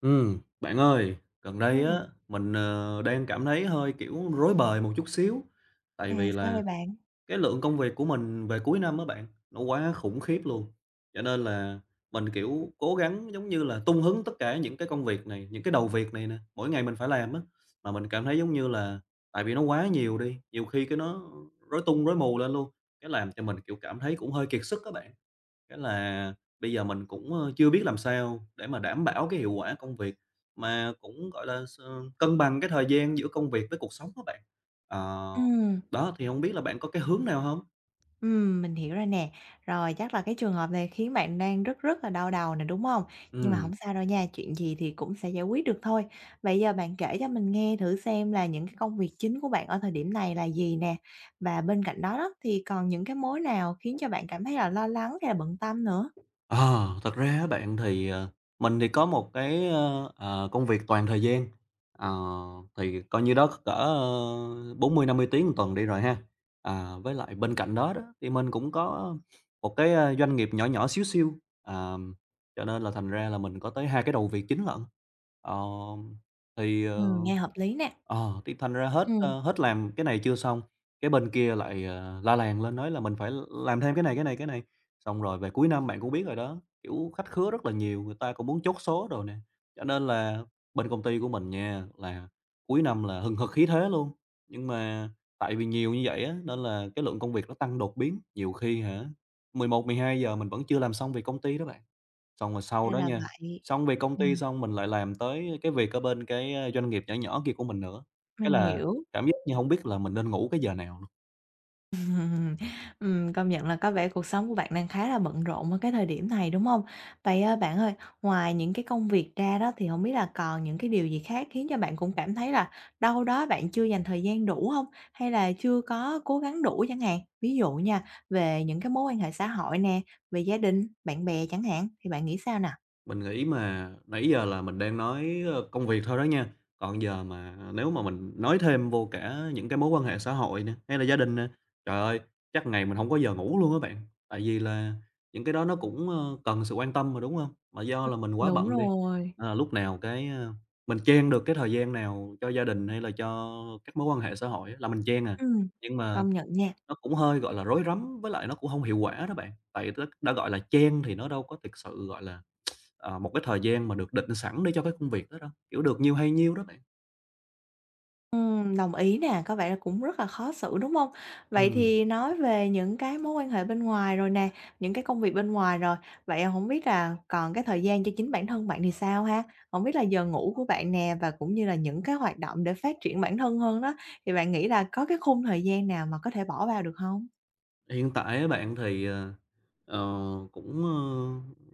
Bạn ơi, gần đây Ừm, á, mình, đang cảm thấy hơi, kiểu, rối bời một chút xíu, tại vì sao là vậy bạn? cái lượng công việc của mình về cuối năm á bạn, nó quá khủng khiếp luôn. Cho nên là mình, kiểu, cố gắng giống như là tung hứng tất cả những cái công việc này, những cái đầu việc này nè, mỗi ngày mình phải làm á, mà mình cảm thấy giống như là tại vì nó quá nhiều đi, nhiều khi cái nó rối tung rối mù lên luôn, cái làm cho mình, kiểu, cảm thấy cũng hơi kiệt sức các bạn. Cái là bây giờ mình cũng, chưa biết làm sao để mà đảm bảo cái hiệu quả công việc, mà cũng, gọi là, cân bằng cái thời gian giữa công việc với cuộc sống các bạn. Ờ, Ừm, đó, thì không biết là bạn có cái hướng nào không. Mình hiểu rồi nè. Rồi, chắc là cái trường hợp này khiến bạn đang rất rất là đau đầu nè, đúng hông? Nhưng mà Ừm. hổng sao đâu nha, chuyện gì thì cũng sẽ giải quyết được thôi. Bây giờ bạn kể cho mình nghe thử xem là những cái công việc chính của bạn ở thời điểm này là gì nè? Và bên cạnh đó đó, thì còn những cái mối nào khiến cho bạn cảm thấy là lo lắng hay là bận tâm nữa? Ờ, thật ra á bạn thì, mình thì có một cái, công việc toàn thời gian, ờ, thì coi như đó cỡ, 40 50 tiếng một tuần đi rồi ha. À, với lại bên cạnh đó đó, thì mình cũng có một cái, doanh nghiệp nhỏ nhỏ xíu xiu, ờm, cho nên là thành ra là mình có tới 2 cái đầu việc chính lận. Ờ, thì, ờ Nghe hợp lý nè. Ờ, thì thành ra hết, Ừm, hết làm cái này chưa xong, cái bên kia lại, la làng lên nói là mình phải làm thêm cái này, cái này, cái này. Xong rồi về cuối năm bạn cũng biết rồi đó, kiểu, khách khứa rất là nhiều, người ta cũng muốn chốt số rồi nè, cho nên là bên công ty của mình nha, là cuối năm là hừng hực khí thế luôn. Nhưng mà tại vì nhiều như vậy á, nên là cái lượng công việc nó tăng đột biến, nhiều khi hả, 10 11, 12 giờ mình vẫn chưa làm xong việc công ty đó bạn. Xong rồi sau đó ra nha, là vậy. xong về công ty Ừm, xong mình lại làm tới cái việc ở bên cái, doanh nghiệp nhỏ nhỏ kia của mình nữa, cái mình là hiểu. cảm giác như không biết là mình nên ngủ cái giờ nào. Ừm, công nhận là có vẻ cuộc sống của bạn đang khá là bận rộn ở cái thời điểm này, đúng không? Vậy, bạn ơi, ngoài những cái công việc ra đó thì không biết là còn những cái điều gì khác khiến cho bạn cũng cảm thấy là đâu đó bạn chưa dành thời gian đủ không? Hay là chưa có cố gắng đủ chẳng hạn? Ví dụ nha, về những cái mối quan hệ xã hội nè, về gia đình, bạn bè chẳng hạn, thì bạn nghĩ sao nè? Mình nghĩ mà nãy giờ là mình đang nói, công việc thôi đó nha, còn giờ mà nếu mà mình nói thêm vô cả những cái mối quan hệ xã hội nè, hay là gia đình nè, trời ơi, chắc ngày mình không có giờ ngủ luôn á bạn. Tại vì là những cái đó nó cũng, cần sự quan tâm mà, đúng không? Mà do là mình quá Đúng bận đi, rồi. à, lúc nào cái, mình chen được cái thời gian nào cho gia đình hay là cho các mối quan hệ xã hội á là mình chen à. Ừm, Nhưng mà công nhận nha. nó cũng hơi, gọi là, rối rắm với lại nó cũng không hiệu quả đó bạn, tại đó đã gọi là chen thì nó đâu có thực sự, gọi là một cái thời gian mà được định sẵn để cho cái công việc đó đâu, kiểu, được nhiêu hay nhiêu đó bạn. Đồng ý nè, có vẻ là cũng rất là khó xử, đúng không? Vậy Ừm, thì nói về những cái mối quan hệ bên ngoài rồi nè, những cái công việc bên ngoài rồi, vậy không biết là còn cái thời gian cho chính bản thân bạn thì sao ha? Không biết là giờ ngủ của bạn nè và cũng như là những cái hoạt động để phát triển bản thân hơn đó, thì bạn nghĩ là có cái khung thời gian nào mà có thể bỏ vào được không? hiện tại á bạn thì, ờ, cũng, ơ,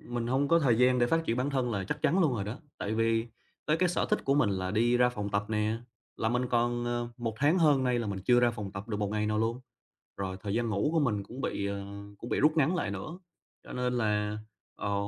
mình không có thời gian để phát triển bản thân là chắc chắn luôn rồi đó, tại vì tới cái sở thích của mình là đi ra phòng tập nè, là mình còn, 1 tháng hơn nay là mình chưa ra phòng tập được một ngày nào luôn. Rồi thời gian ngủ của mình cũng bị, cũng bị rút ngắn lại nữa, cho nên là, ờ,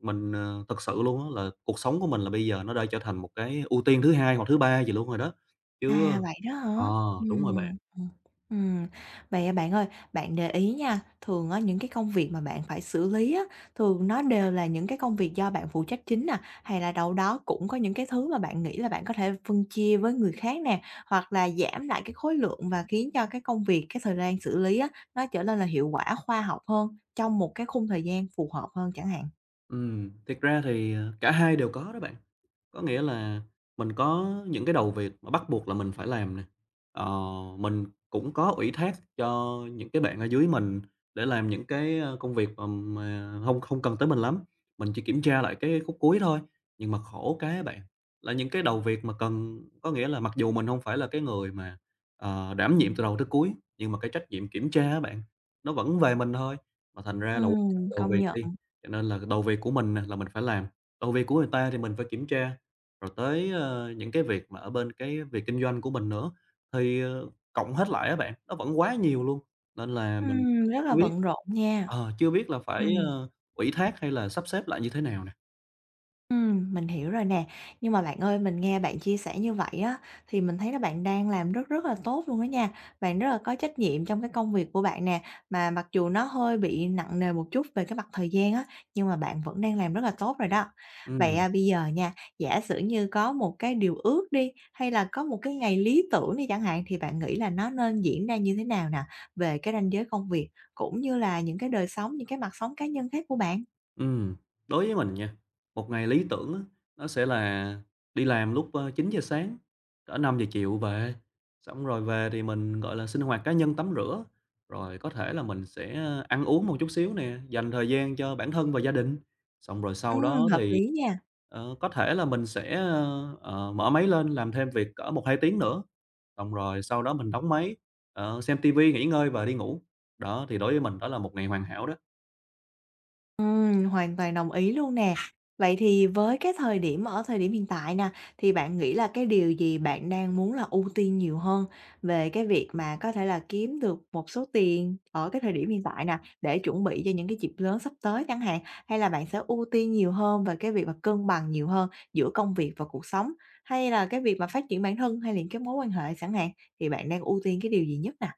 mình, thực sự luôn á là cuộc sống của mình là bây giờ nó đã trở thành một cái ưu tiên thứ hai hoặc thứ ba gì luôn rồi đó, chứ À, vậy đó hả? ờ, đúng Ừm, rồi bạn. ừm, ừm. Vậy, à, bạn ơi, bạn để ý nha, thường á những cái công việc mà bạn phải xử lý á, thường nó đều là những cái công việc do bạn phụ trách chính nè, hay là đâu đó cũng có những cái thứ mà bạn nghĩ là bạn có thể phân chia với người khác nè, hoặc là giảm lại cái khối lượng và khiến cho cái công việc, cái thời gian xử lý á, nó trở nên là hiệu quả, khoa học hơn, trong một cái khung thời gian phù hợp hơn chẳng hạn. Thiệt ra thì, cả hai đều có đó bạn. Có nghĩa là mình có những cái đầu việc mà bắt buộc là mình phải làm nè. Ờ, mình cũng có ủy thác cho những cái bạn ở dưới mình để làm những cái, công việc mà không cần tới mình lắm, mình chỉ kiểm tra lại cái khúc cuối thôi. Nhưng mà khổ cái bạn, là những cái đầu việc mà cần có nghĩa là mặc dù mình không phải là cái người mà, đảm nhiệm từ đầu tới cuối, nhưng mà cái trách nhiệm kiểm tra á bạn, nó vẫn về mình thôi, mà thành ra là đầu Công việc nhận. đi, cho nên là đầu việc của mình nè là mình phải làm, đầu việc của người ta thì mình phải kiểm tra, rồi tới, những cái việc mà ở bên cái việc kinh doanh của mình nữa, thì, cộng hết lại á bạn, nó vẫn quá nhiều luôn, nên là mình Rất là chưa biết bận rộn nha. Chưa biết là phải, Ừm. Ủy thác hay là sắp xếp lại như thế nào nè. Mình hiểu rồi nè. Nhưng mà bạn ơi, mình nghe bạn chia sẻ như vậy á, thì mình thấy là bạn đang làm rất rất là tốt luôn đó nha. Bạn rất là có trách nhiệm trong cái công việc của bạn nè, mà mặc dù nó hơi bị nặng nề một chút về cái mặt thời gian á, nhưng mà bạn vẫn đang làm rất là tốt rồi đó. Vậy, Ừm. à, bây giờ nha, giả sử như có một cái điều ước đi, hay là có một cái ngày lý tưởng đi chẳng hạn, thì bạn nghĩ là nó nên diễn ra như thế nào nè, về cái ranh giới công việc, cũng như là những cái đời sống, những cái mặt sống cá nhân khác của bạn? Ừm, đối với mình nha, một ngày lý tưởng á, nó sẽ là đi làm lúc, 9 giờ sáng, cỡ 5 giờ chiều về, xong rồi về thì mình, gọi là, sinh hoạt cá nhân, tắm rửa, rồi có thể là mình sẽ ăn uống một chút xíu nè, dành thời gian cho bản thân và gia đình. Xong rồi sau đó Hợp thì, lý nha. Có thể là mình sẽ, mở máy lên làm thêm việc cỡ 1 2 tiếng nữa, xong rồi sau đó mình đóng máy, xem tivi nghỉ ngơi và đi ngủ. Đó, thì đối với mình đó là một ngày hoàn hảo đó. Hoàn toàn đồng ý luôn nè. Vậy thì với cái thời điểm ở thời điểm hiện tại nè, thì bạn nghĩ là cái điều gì bạn đang muốn là ưu tiên nhiều hơn về cái việc mà có thể là kiếm được một số tiền ở cái thời điểm hiện tại nè, để chuẩn bị cho những cái dịp lớn sắp tới chẳng hạn, hay là bạn sẽ ưu tiên nhiều hơn về cái việc mà cân bằng nhiều hơn giữa công việc và cuộc sống, hay là cái việc mà phát triển bản thân hay là những cái mối quan hệ chẳng hạn, thì bạn đang ưu tiên cái điều gì nhất nè?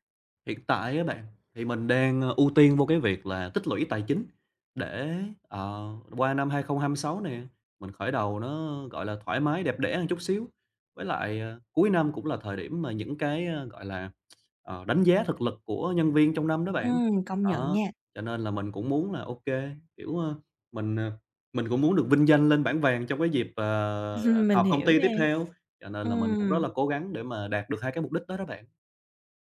Hiện tại á bạn, thì mình đang, ưu tiên vô cái việc là tích lũy tài chính để, ờ, qua năm 2026 nè, mình khởi đầu nó, gọi là, thoải mái, đẹp đẽ một chút xíu. Với lại, cuối năm cũng là thời điểm mà những cái, gọi là, đánh giá thực lực của nhân viên trong năm đó bạn. Công nhận Đó, nha. cho nên là mình cũng muốn là ok kiểu, mình, mình cũng muốn được vinh danh lên bảng vàng trong cái dịp, Mình họp công hiểu ty tiếp nè. theo, cho nên là mình cũng rất Ừm. là cố gắng để mà đạt được hai cái mục đích đó đó bạn.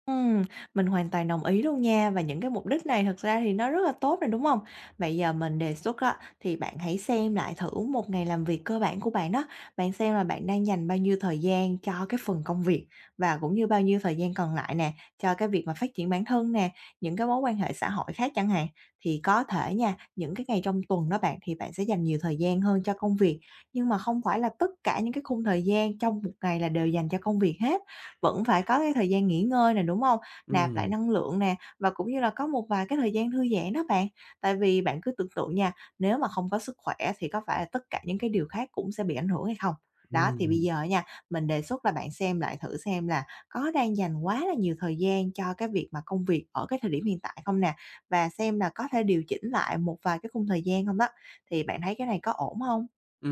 Ừm, mình hoàn toàn đồng ý luôn nha, và những cái mục đích này thật ra thì nó rất là tốt rồi, đúng không? Bây giờ mình đề xuất á, thì bạn hãy xem lại thử một ngày làm việc cơ bản của bạn đó, bạn xem là bạn đang dành bao nhiêu thời gian cho cái phần công việc và cũng như bao nhiêu thời gian còn lại nè, cho cái việc mà phát triển bản thân nè, những cái mối quan hệ xã hội khác chẳng hạn. Thì có thể nha, những cái ngày trong tuần đó bạn, thì bạn sẽ dành nhiều thời gian hơn cho công việc, nhưng mà không phải là tất cả những cái khung thời gian trong một ngày là đều dành cho công việc hết. Vẫn phải có cái thời gian nghỉ ngơi nè, đúng không? Nạp lại Ừm, năng lượng nè, và cũng như là có một vài cái thời gian thư giãn đó bạn. Tại vì bạn cứ tưởng tượng nha, nếu mà không có sức khỏe thì có phải là tất cả những cái điều khác cũng sẽ bị ảnh hưởng hay không? Đó, thì bây ừm. giờ nha, mình đề xuất là bạn xem lại thử xem là có đang dành quá là nhiều thời gian cho cái việc mà công việc ở cái thời điểm hiện tại không nè, và xem là có thể điều chỉnh lại một vài cái khung thời gian không đó. Thì bạn thấy cái này có ổn không? Ừ,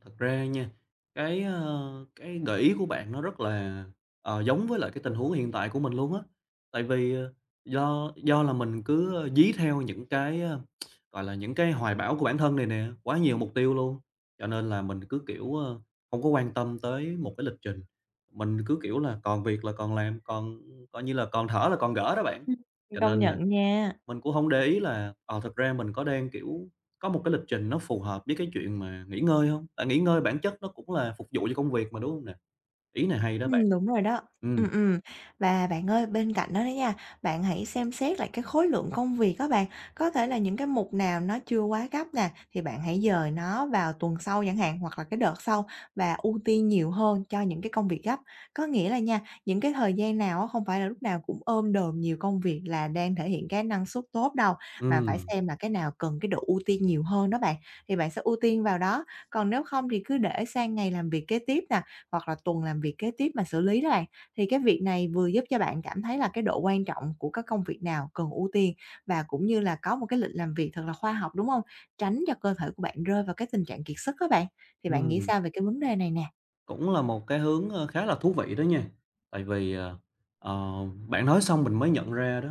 thật ra nha, cái, cái gợi ý của bạn nó rất là, giống với lại cái tình huống hiện tại của mình luôn á. Tại vì, do do là mình cứ, dí theo những cái, gọi là, những cái hoài bão của bản thân này nè, quá nhiều mục tiêu luôn, cho nên là mình cứ, kiểu, hông có quan tâm tới một cái lịch trình. Mình cứ, kiểu là, còn việc là còn làm, còn coi như là còn thở là còn gỡ đó bạn. Ừm. Cho Công nên là nhận nha. mình cũng không để ý là, thật ra mình có đang, kiểu, có một cái lịch trình nó phù hợp với cái chuyện mà nghỉ ngơi không? Tại nghỉ ngơi bản chất nó cũng là phục vụ cho công việc mà, đúng không nè? Ý này hay đó bạn. Đúng rồi đó. Ừm, Ừm, ừm. Và bạn ơi, bên cạnh đó đó nha, bạn hãy xem xét lại cái khối lượng công việc các bạn. Có thể là những cái mục nào nó chưa quá gấp nè, thì bạn hãy dời nó vào tuần sau chẳng hạn, hoặc là cái đợt sau và ưu tiên nhiều hơn cho những cái công việc gấp. Có nghĩa là nha, những cái thời gian nào á, không phải là lúc nào cũng ôm đồm nhiều công việc là đang thể hiện cái năng suất tốt đâu, mà phải ừm, xem là cái nào cần cái độ ưu tiên nhiều hơn đó bạn, thì bạn sẽ ưu tiên vào đó. Còn nếu không thì cứ để sang ngày làm việc kế tiếp nè, hoặc là tuần làm việc kế tiếp mà xử lý đó bạn. Thì cái việc này vừa giúp cho bạn cảm thấy là cái độ quan trọng của các công việc nào cần ưu tiên và cũng như là có một cái lịch làm việc thật là khoa học, đúng không? Tránh cho cơ thể của bạn rơi vào cái tình trạng kiệt sức đó bạn. Thì bạn nghĩ ừm, sao về cái vấn đề này nè? cũng là một cái hướng, khá là thú vị đó nha. Tại vì, ờ, bạn nói xong mình mới nhận ra đó,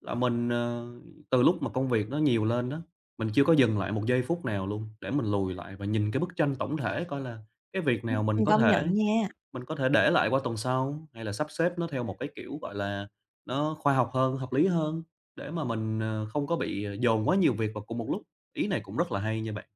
là mình, từ lúc mà công việc nó nhiều lên đó, mình chưa có dừng lại một giây phút nào luôn để mình lùi lại và nhìn cái bức tranh tổng thể coi là cái việc nào mình có Công thể. nhận nha. Mình có thể để lại qua tuần sau, hay là sắp xếp nó theo một cái kiểu, gọi là, nó khoa học hơn, hợp lý hơn, để mà mình, không có bị, dồn quá nhiều việc vào cùng một lúc. Ý này cũng rất là hay nha bạn.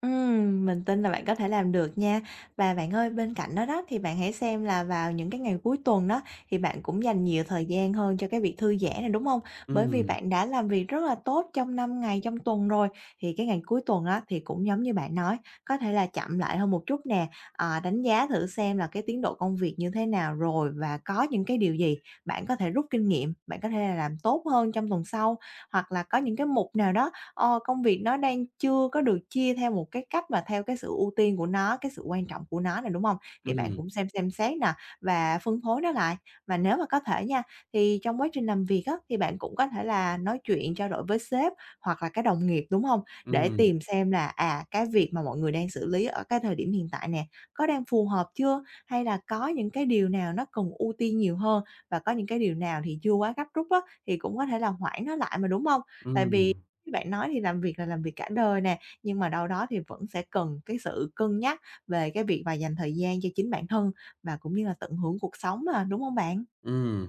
Mình tin là bạn có thể làm được nha. Và bạn ơi, bên cạnh đó đó thì bạn hãy xem là vào những cái ngày cuối tuần đó thì bạn cũng dành nhiều thời gian hơn cho cái việc thư giãn này, đúng không? Bởi vì Ừm, bạn đã làm việc rất là tốt trong 5 ngày trong tuần rồi, thì cái ngày cuối tuần á thì cũng giống như bạn nói, có thể là chậm lại hơn một chút nè, đánh giá thử xem là cái tiến độ công việc như thế nào rồi và có những cái điều gì bạn có thể rút kinh nghiệm, bạn có thể là làm tốt hơn trong tuần sau. Hoặc là có những cái mục nào đó ờ, công việc nó đang chưa có được chia theo một cái cách mà theo cái sự ưu tiên của nó, cái sự quan trọng của nó này đúng không? Thì bạn ừm, cũng xem xét nè và phân phối nó lại. Và nếu mà có thể nha, thì trong quá trình làm việc á, thì bạn cũng có thể là nói chuyện trao đổi với sếp hoặc là cái đồng nghiệp, đúng không? Để ừm, tìm xem là, à, cái việc mà mọi người đang xử lý ở cái thời điểm hiện tại nè, có đang phù hợp chưa? Hay là có những cái điều nào nó cần ưu tiên nhiều hơn và có những cái điều nào thì chưa quá gấp rút á, thì cũng có thể là hoãn nó lại mà, đúng không? Tại vì ừm, như bạn nói thì làm việc là làm việc cả đời nè, nhưng mà đâu đó thì vẫn sẽ cần cái sự cân nhắc về cái việc mà dành thời gian cho chính bản thân và cũng như là tận hưởng cuộc sống mà, đúng không bạn? ừm,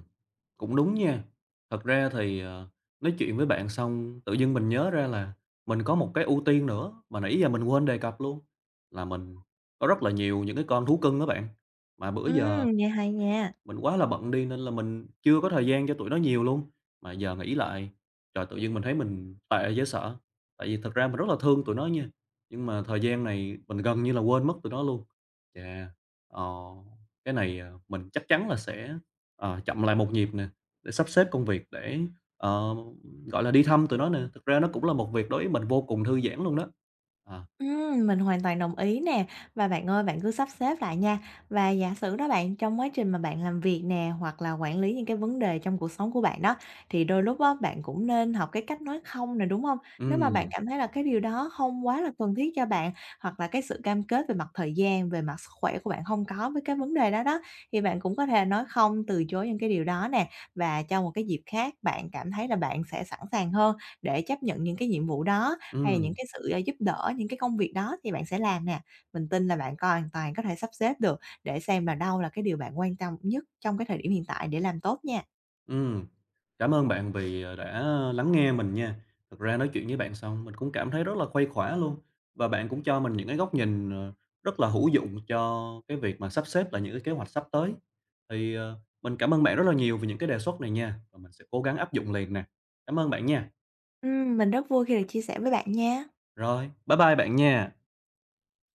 cũng đúng nha. Thật ra thì, nói chuyện với bạn xong tự dưng mình nhớ ra là mình có một cái ưu tiên nữa mà nãy giờ mình quên đề cập luôn, là mình có rất là nhiều những cái con thú cưng đó bạn, mà bữa giờ Nghe hay nha. mình quá là bận đi nên là mình chưa có thời gian cho tụi nó nhiều luôn. Mà giờ nghĩ lại, trời, tự nhiên mình thấy mình tệ dễ sợ. Tại vì thật ra mình rất là thương tụi nó nha, nhưng mà thời gian này mình gần như là quên mất tụi nó luôn. Chà, ờ, cái này, mình chắc chắn là sẽ, chậm lại một nhịp nè, để sắp xếp công việc để, ờ, gọi là, đi thăm tụi nó nè. Thực ra nó cũng là một việc đối với mình vô cùng thư giãn luôn đó. À, Mình hoàn toàn đồng ý nè. Và bạn ơi, bạn cứ sắp xếp lại nha. Và giả sử đó bạn, trong quá trình mà bạn làm việc nè, hoặc là quản lý những cái vấn đề trong cuộc sống của bạn đó, thì đôi lúc á, bạn cũng nên học cái cách nói không nè, đúng không? Nếu mà bạn ừ cảm thấy là cái điều đó không quá là cần thiết cho bạn, hoặc là cái sự cam kết về mặt thời gian, về mặt sức khỏe của bạn không có với cái vấn đề đó đó, thì bạn cũng có thể nói không, từ chối những cái điều đó nè. Và cho một cái dịp khác, bạn cảm thấy là bạn sẽ sẵn sàng hơn để chấp nhận những cái nhiệm vụ đó. Hay là những ừm, cái sự, giúp đỡ, những cái công việc đó thì bạn sẽ làm nè. Mình tin là bạn co hoàn toàn có thể sắp xếp được để xem là đâu là cái điều bạn quan tâm nhất trong cái thời điểm hiện tại để làm tốt nha. ừm. Cảm ơn bạn vì, đã lắng nghe mình nha. Thực ra nói chuyện với bạn xong mình cũng cảm thấy rất là khuây khỏa luôn, và bạn cũng cho mình những cái góc nhìn, rất là hữu dụng cho cái việc mà sắp xếp lại những cái kế hoạch sắp tới. Thì, mình cảm ơn bạn rất là nhiều vì những cái đề xuất này nha, và mình sẽ cố gắng áp dụng liền nè. Cảm ơn bạn nha. Mình rất vui khi được chia sẻ với bạn nha. Rồi, bye bye bạn nha.